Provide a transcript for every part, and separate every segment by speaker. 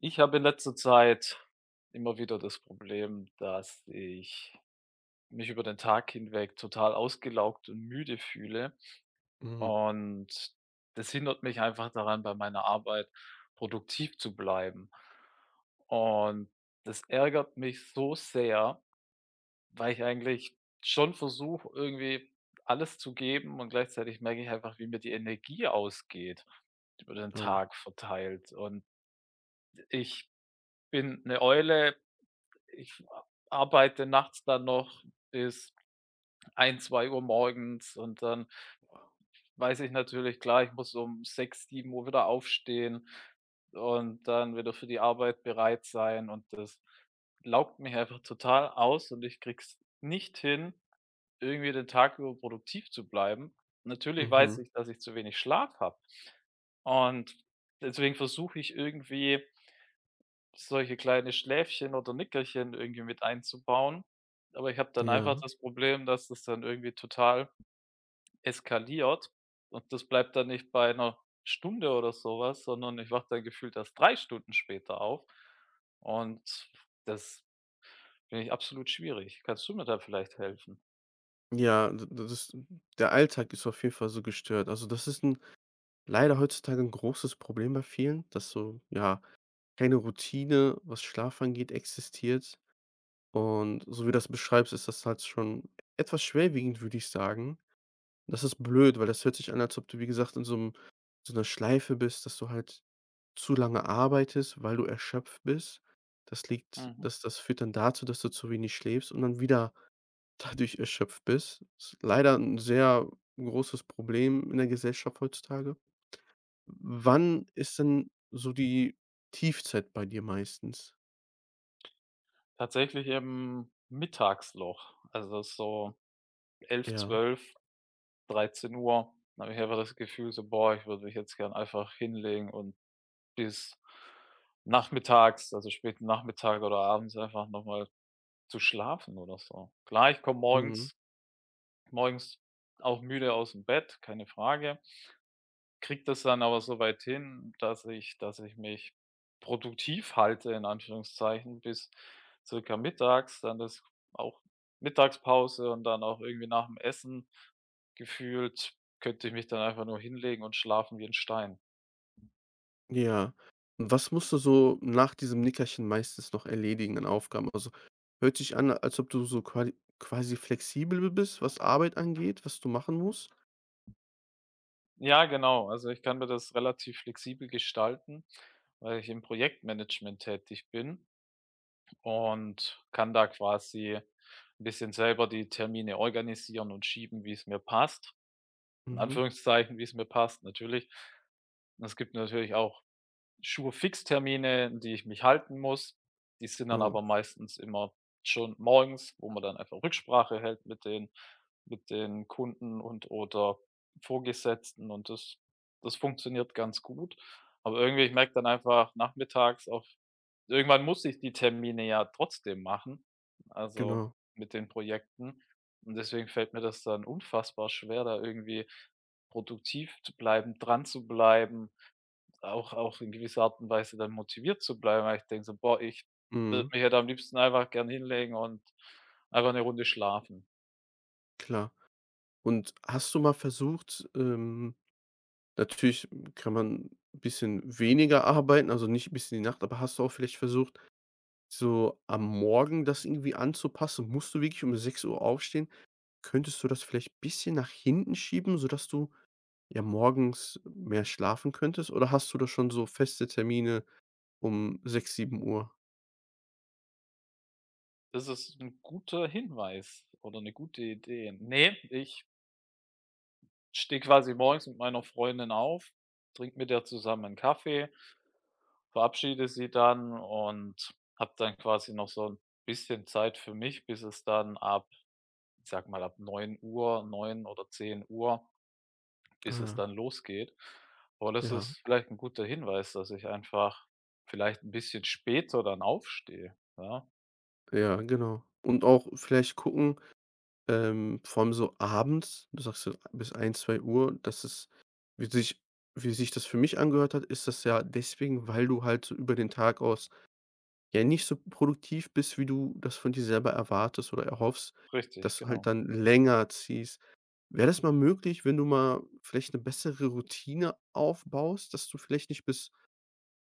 Speaker 1: Ich habe in letzter Zeit immer wieder das Problem, dass ich mich über den Tag hinweg total ausgelaugt und müde fühle.
Speaker 2: Mhm.
Speaker 1: Und das hindert mich einfach daran, bei meiner Arbeit produktiv zu bleiben. Und das ärgert mich so sehr, weil ich eigentlich schon versuche, irgendwie alles zu geben, und gleichzeitig merke ich einfach, wie mir die Energie ausgeht über den
Speaker 2: Oh.
Speaker 1: Tag verteilt. Und ich bin eine Eule. Ich arbeite nachts dann noch bis ein zwei Uhr morgens, und dann weiß ich natürlich, klar, ich muss um sechs sieben Uhr wieder aufstehen und dann wieder für die Arbeit bereit sein, und das laugt mich einfach total aus, und ich krieg's nicht hin, irgendwie den Tag über produktiv zu bleiben. Natürlich weiß
Speaker 2: Mhm.
Speaker 1: ich, dass ich zu wenig Schlaf habe, und deswegen versuche ich irgendwie solche kleine Schläfchen oder Nickerchen irgendwie mit einzubauen. Aber ich habe dann
Speaker 2: Ja.
Speaker 1: einfach das Problem, dass das dann irgendwie total eskaliert, und das bleibt dann nicht bei einer Stunde oder sowas, sondern ich wache dann gefühlt erst 3 Stunden später auf, und das finde ich absolut schwierig. Kannst du mir da vielleicht helfen?
Speaker 2: Ja, d das ist der Alltag ist auf jeden Fall so gestört. Also, das ist ein leider heutzutage ein großes Problem bei vielen, dass so, ja, keine Routine, was Schlaf angeht, existiert. Und so wie du das beschreibst, ist das halt schon etwas schwerwiegend, würde ich sagen. Das ist blöd, weil das hört sich an, als ob du, wie gesagt, in so 'ner Schleife bist, dass du halt zu lange arbeitest, weil du erschöpft bist. Das liegt
Speaker 1: Mhm.
Speaker 2: das das führt dann dazu, dass du zu wenig schläfst und dann wieder dadurch erschöpft bist. Ist leider ein sehr großes Problem in der Gesellschaft heutzutage. Wann ist denn so die Tiefzeit bei dir meistens?
Speaker 1: Tatsächlich im Mittagsloch, also so 11,
Speaker 2: Ja.
Speaker 1: 12, 13:00 habe ich einfach das Gefühl so: „Boah, ich würde mich jetzt gern einfach hinlegen und" bis nachmittags, also späten Nachmittag oder abends einfach nochmal zu schlafen oder so. Klar, ich komme
Speaker 2: Mhm.
Speaker 1: morgens auch müde aus dem Bett, keine Frage, kriege das dann aber so weit hin, dass ich mich produktiv halte in Anführungszeichen bis circa mittags, dann das auch Mittagspause, und dann auch irgendwie nach dem Essen gefühlt könnte ich mich dann einfach nur hinlegen und schlafen wie ein Stein.
Speaker 2: Ja. Und was musst du so nach diesem Nickerchen meistens noch erledigen an Aufgaben? Also, hört sich an, als ob du so quali quasi flexibel bist, was Arbeit angeht, was du machen musst?
Speaker 1: Ja, genau. Also, ich kann mir das relativ flexibel gestalten, weil ich im Projektmanagement tätig bin und kann da quasi ein bisschen selber die Termine organisieren und schieben, wie es mir passt. In
Speaker 2: Mhm.
Speaker 1: Anführungszeichen, wie es mir passt natürlich. Und es gibt natürlich auch Schuhe Fixtermine, an die ich mich halten muss. Die sind dann
Speaker 2: Oh,
Speaker 1: aber meistens immer schon morgens, wo man dann einfach Rücksprache hält mit den Kunden und oder Vorgesetzten, und das funktioniert ganz gut. Aber irgendwie, ich merke dann einfach nachmittags auf, irgendwann muss ich die Termine ja trotzdem machen, also
Speaker 2: genau.
Speaker 1: mit den Projekten. Und deswegen fällt mir das dann unfassbar schwer, da irgendwie produktiv zu bleiben, dran zu bleiben, auch in gewisser Art und Weise dann motiviert zu bleiben, weil ich denke so: „Boah, ich würde
Speaker 2: Mhm.
Speaker 1: mich halt am liebsten einfach gern hinlegen und einfach eine Runde schlafen."
Speaker 2: Klar. Und hast du mal versucht, natürlich kann man ein bisschen weniger arbeiten, also nicht bis in die Nacht, aber hast du auch vielleicht versucht, so am Morgen das irgendwie anzupassen? Musst du wirklich um 6 Uhr aufstehen? Könntest du das vielleicht ein bisschen nach hinten schieben, sodass du, ja, morgens mehr schlafen könntest? Oder hast du da schon so feste Termine um 6 7 Uhr?
Speaker 1: Das ist ein guter Hinweis oder eine gute Idee. Nee, ich stehe quasi morgens mit meiner Freundin auf, trinke mit der zusammen einen Kaffee, verabschiede sie dann und habe dann quasi noch so ein bisschen Zeit für mich, bis es dann ab, ich sage mal, ab neun Uhr 9 oder zehn Uhr, bis es
Speaker 2: Ah,
Speaker 1: dann losgeht. Aber das
Speaker 2: ja,
Speaker 1: ist vielleicht ein guter Hinweis, dass ich einfach vielleicht ein bisschen später dann aufstehe. Ja,
Speaker 2: ja, genau. Und auch vielleicht gucken. Vor allem so abends, du sagst so bis 1 2 Uhr. Das ist, wie sich wie sich das für mich angehört hat, ist das ja deswegen, weil du halt so über den Tag aus ja nicht so produktiv bist, wie du das von dir selber erwartest oder erhoffst,
Speaker 1: richtig,
Speaker 2: dass du halt
Speaker 1: genau.
Speaker 2: dann länger ziehst. Wäre das mal möglich, wenn du mal vielleicht eine bessere Routine aufbaust, dass du vielleicht nicht bis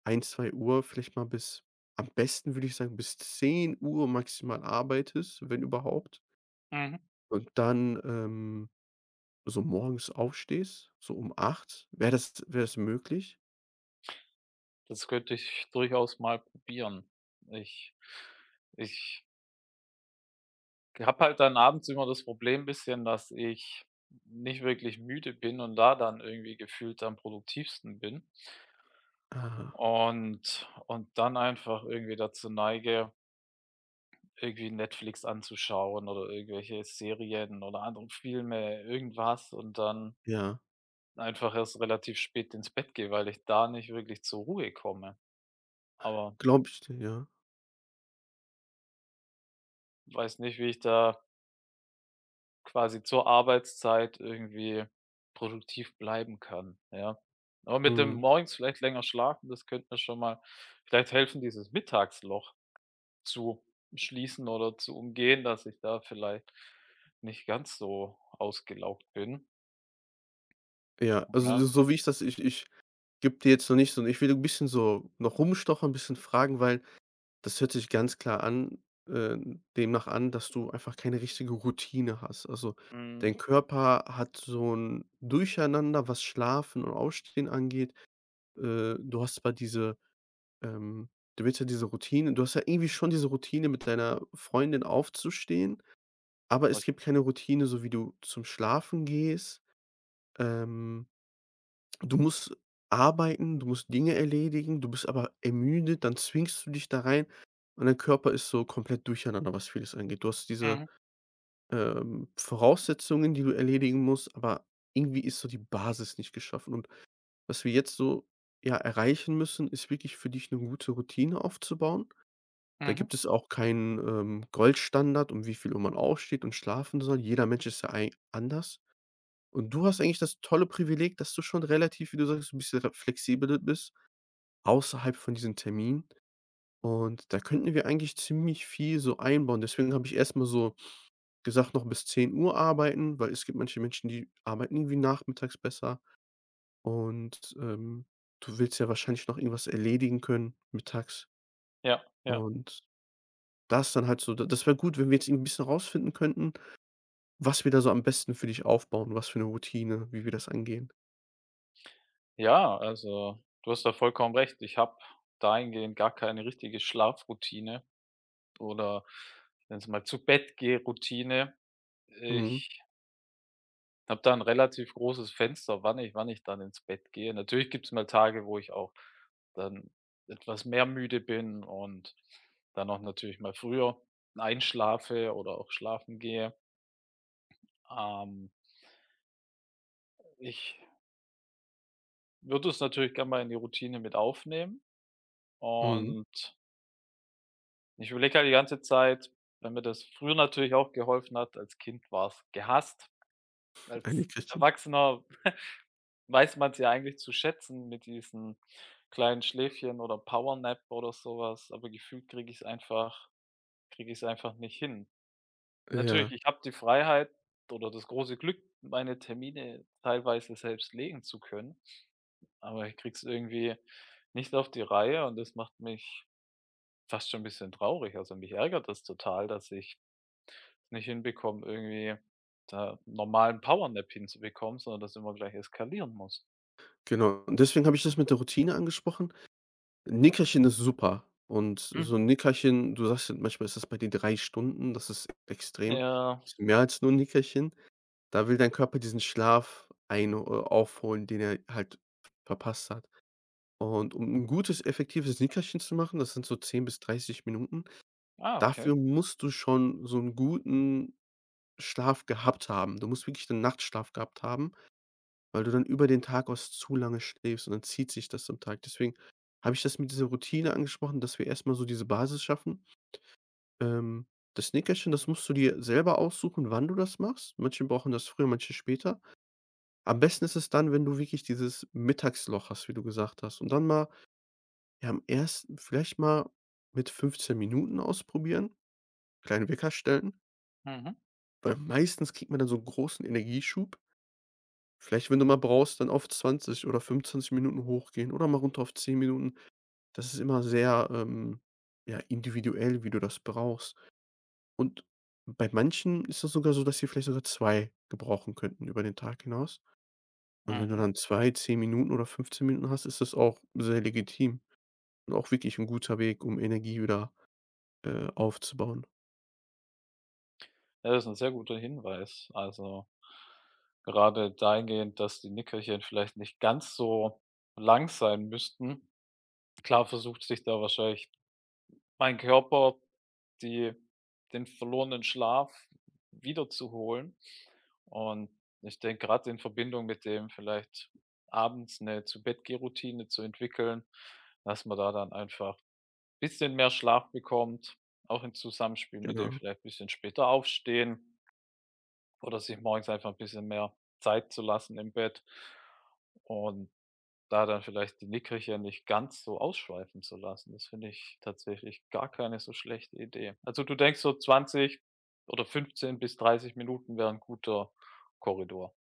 Speaker 2: 1 2 Uhr, vielleicht mal bis, am besten würde ich sagen, bis 10 Uhr maximal arbeitest, wenn überhaupt.
Speaker 1: Mhm.
Speaker 2: Und dann, so morgens aufstehst, so um 8, wäre das möglich?
Speaker 1: Das könnte ich durchaus mal probieren. Ich ich habe halt dann abends immer das Problem bisschen, dass ich nicht wirklich müde bin und da dann irgendwie gefühlt am produktivsten bin,
Speaker 2: Ah,
Speaker 1: und dann einfach irgendwie dazu neige, irgendwie Netflix anzuschauen oder irgendwelche Serien oder andere Filme, irgendwas, und dann
Speaker 2: ja,
Speaker 1: einfach erst relativ spät ins Bett gehe, weil ich da nicht wirklich zur Ruhe komme. Aber
Speaker 2: glaube ich dir, ja.
Speaker 1: weiß nicht, wie ich da quasi zur Arbeitszeit irgendwie produktiv bleiben kann, ja. Aber mit dem
Speaker 2: Mhm.
Speaker 1: morgens vielleicht länger schlafen, das könnte mir schon mal vielleicht helfen, dieses Mittagsloch zu schließen oder zu umgehen, dass ich da vielleicht nicht ganz so ausgelaugt bin,
Speaker 2: Ja, also, so
Speaker 1: ja.
Speaker 2: so wie ich das ich gebe dir jetzt noch nicht so. Ich will 'n bisschen so noch rumstochern, bisschen fragen, weil das hört sich ganz klar an, demnach an, dass du einfach keine richtige Routine hast. Also,
Speaker 1: Mhm.
Speaker 2: dein Körper hat so 'n Durcheinander, was Schlafen und Aufstehen angeht. Du hast zwar diese. Ähm, Du willst ja diese Routine, du hast ja irgendwie schon diese Routine, mit deiner Freundin aufzustehen, aber
Speaker 1: Was
Speaker 2: es gibt keine Routine, so wie du zum Schlafen gehst. Ähm, Du musst arbeiten, du musst Dinge erledigen, du bist aber ermüdet, dann zwingst du dich da rein, und dein Körper ist so komplett durcheinander, was vieles angeht. Du hast diese
Speaker 1: Mhm,
Speaker 2: Voraussetzungen, die du erledigen musst, aber irgendwie ist so die Basis nicht geschaffen, und was wir jetzt so, ja, erreichen müssen, ist, wirklich für dich eine gute Routine aufzubauen. Da
Speaker 1: mhm.
Speaker 2: gibt es auch keinen Goldstandard, um wie viel Uhr man aufsteht und schlafen soll. Jeder Mensch ist ja ei anders. Und du hast eigentlich das tolle Privileg, dass du schon relativ, wie du sagst, ein bisschen re flexibel bist, außerhalb von diesen Terminen. Und da könnten wir eigentlich ziemlich viel so einbauen. Deswegen habe ich erst mal so gesagt, noch bis 10 Uhr arbeiten, weil es gibt manche Menschen, die arbeiten irgendwie nachmittags besser. Und du willst ja wahrscheinlich noch irgendwas erledigen können mittags,
Speaker 1: Ja, ja.
Speaker 2: und das dann halt so, d das wäre gut, wenn wir jetzt irgendwie 'n bisschen rausfinden könnten, was wir da so am besten für dich aufbauen, was für eine Routine, wie wir das angehen.
Speaker 1: Ja, also, du hast da vollkommen recht. Ich habe dahingehend gar keine richtige Schlafroutine oder, ich nenne mal, zu Bett gehe Routine.
Speaker 2: Mhm,
Speaker 1: Ich habe da ein relativ großes Fenster, wann ich dann ins Bett gehe. Natürlich gibt's mal Tage, wo ich auch dann etwas mehr müde bin und dann auch natürlich mal früher einschlafe oder auch schlafen gehe. Ähm, Ich würde es natürlich gerne mal in die Routine mit aufnehmen.
Speaker 2: mhm.
Speaker 1: Und ich überlege halt die ganze Zeit, wenn mir das früher natürlich auch geholfen hat. Als Kind war es gehasst.
Speaker 2: Ein
Speaker 1: Als
Speaker 2: Nickerchen.
Speaker 1: Erwachsener weiß man es ja eigentlich zu schätzen mit diesen kleinen Schläfchen oder Powernap oder sowas, aber gefühlt kriege ich es einfach nicht hin. Natürlich,
Speaker 2: Ja,
Speaker 1: ich habe die Freiheit oder das große Glück, meine Termine teilweise selbst legen zu können, aber ich kriege es irgendwie nicht auf die Reihe, und das macht mich fast schon ein bisschen traurig. Also, mich ärgert das total, dass ich nicht hinbekommen, irgendwie da normalen Powernap hinzubekommen, sondern das immer gleich eskalieren muss.
Speaker 2: genau. Und deswegen habe ich das mit der Routine angesprochen. Nickerchen ist super, und
Speaker 1: Mhm.
Speaker 2: so ein Nickerchen, du sagst ja, manchmal ist das bei dir 3 Stunden, das ist extrem.
Speaker 1: Ja,
Speaker 2: Ist mehr als nur 'n Nickerchen. Da will dein Körper diesen Schlaf ein aufholen, den er halt verpasst hat. Und um ein gutes, effektives Nickerchen zu machen, das sind so 10 bis 30 Minuten.
Speaker 1: ah, okay.
Speaker 2: Dafür musst du schon so 'n guten Schlaf gehabt haben. Du musst wirklich den Nachtschlaf gehabt haben, weil du dann über den Tag aus zu lange schläfst und dann zieht sich das am Tag. Deswegen habe ich das mit dieser Routine angesprochen, dass wir erst mal so diese Basis schaffen. Ähm, Das Nickerchen, das musst du dir selber aussuchen, wann du das machst. Manche brauchen das früher, manche später. Am besten ist es dann, wenn du wirklich dieses Mittagsloch hast, wie du gesagt hast, und dann mal, ja, am 1. vielleicht mal mit 15 Minuten ausprobieren, kleinen Wecker stellen.
Speaker 1: Mhm,
Speaker 2: Weil meistens kriegt man dann so 'n großen Energieschub. Vielleicht, wenn du mal brauchst, dann auf 20 oder 25 Minuten hochgehen oder mal runter auf 10 Minuten. Das ist immer sehr ja, individuell, wie du das brauchst. Und bei manchen ist das sogar so, dass sie vielleicht sogar 2 gebrauchen könnten über den Tag hinaus. Und wenn du
Speaker 1: mhm.
Speaker 2: dann 2 10 Minuten oder 15 Minuten hast, ist das auch sehr legitim und auch wirklich 'n guter Weg, um Energie wieder aufzubauen.
Speaker 1: Ja, das ist ein sehr guter Hinweis. Also, gerade dahingehend, dass die Nickerchen vielleicht nicht ganz so lang sein müssten. Klar, versucht sich da wahrscheinlich mein Körper die den verlorenen Schlaf wiederzuholen. Und ich denke, gerade in Verbindung mit dem vielleicht abends eine Zu-Bett-Geh-Routine zu entwickeln, dass man da dann einfach ein bisschen mehr Schlaf bekommt, auch im Zusammenspiel mit dem
Speaker 2: Genau.
Speaker 1: vielleicht ein bisschen später aufstehen oder sich morgens einfach 'n bisschen mehr Zeit zu lassen im Bett. Und da dann vielleicht die Nickerchen nicht ganz so ausschweifen zu lassen. Das finde ich tatsächlich gar keine so schlechte Idee. Also, du denkst so 20 oder 15 bis 30 Minuten wäre 'n guter Korridor.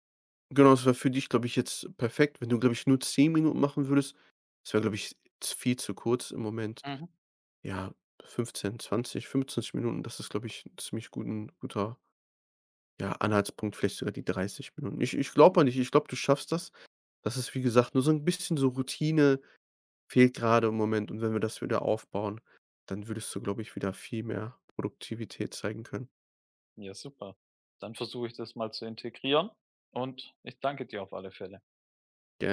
Speaker 2: Genau, das wäre für dich, glaube ich, jetzt perfekt. Wenn du, glaube ich, nur 10 Minuten machen würdest, das wäre, glaube ich, z viel zu kurz im Moment.
Speaker 1: Mhm.
Speaker 2: Ja, 15, 20, 25 Minuten, das ist, glaube ich, ein ziemlich guten guter, ja, Anhaltspunkt, vielleicht sogar die 30 Minuten. Ich glaube an dich, ich glaube, du schaffst das. Das ist, wie gesagt, nur so ein bisschen, so Routine fehlt gerade im Moment, und wenn wir das wieder aufbauen, dann würdest du, glaube ich, wieder viel mehr Produktivität zeigen können.
Speaker 1: Ja, super. Dann versuche ich das mal zu integrieren, und ich danke dir auf alle Fälle.
Speaker 2: Gerne.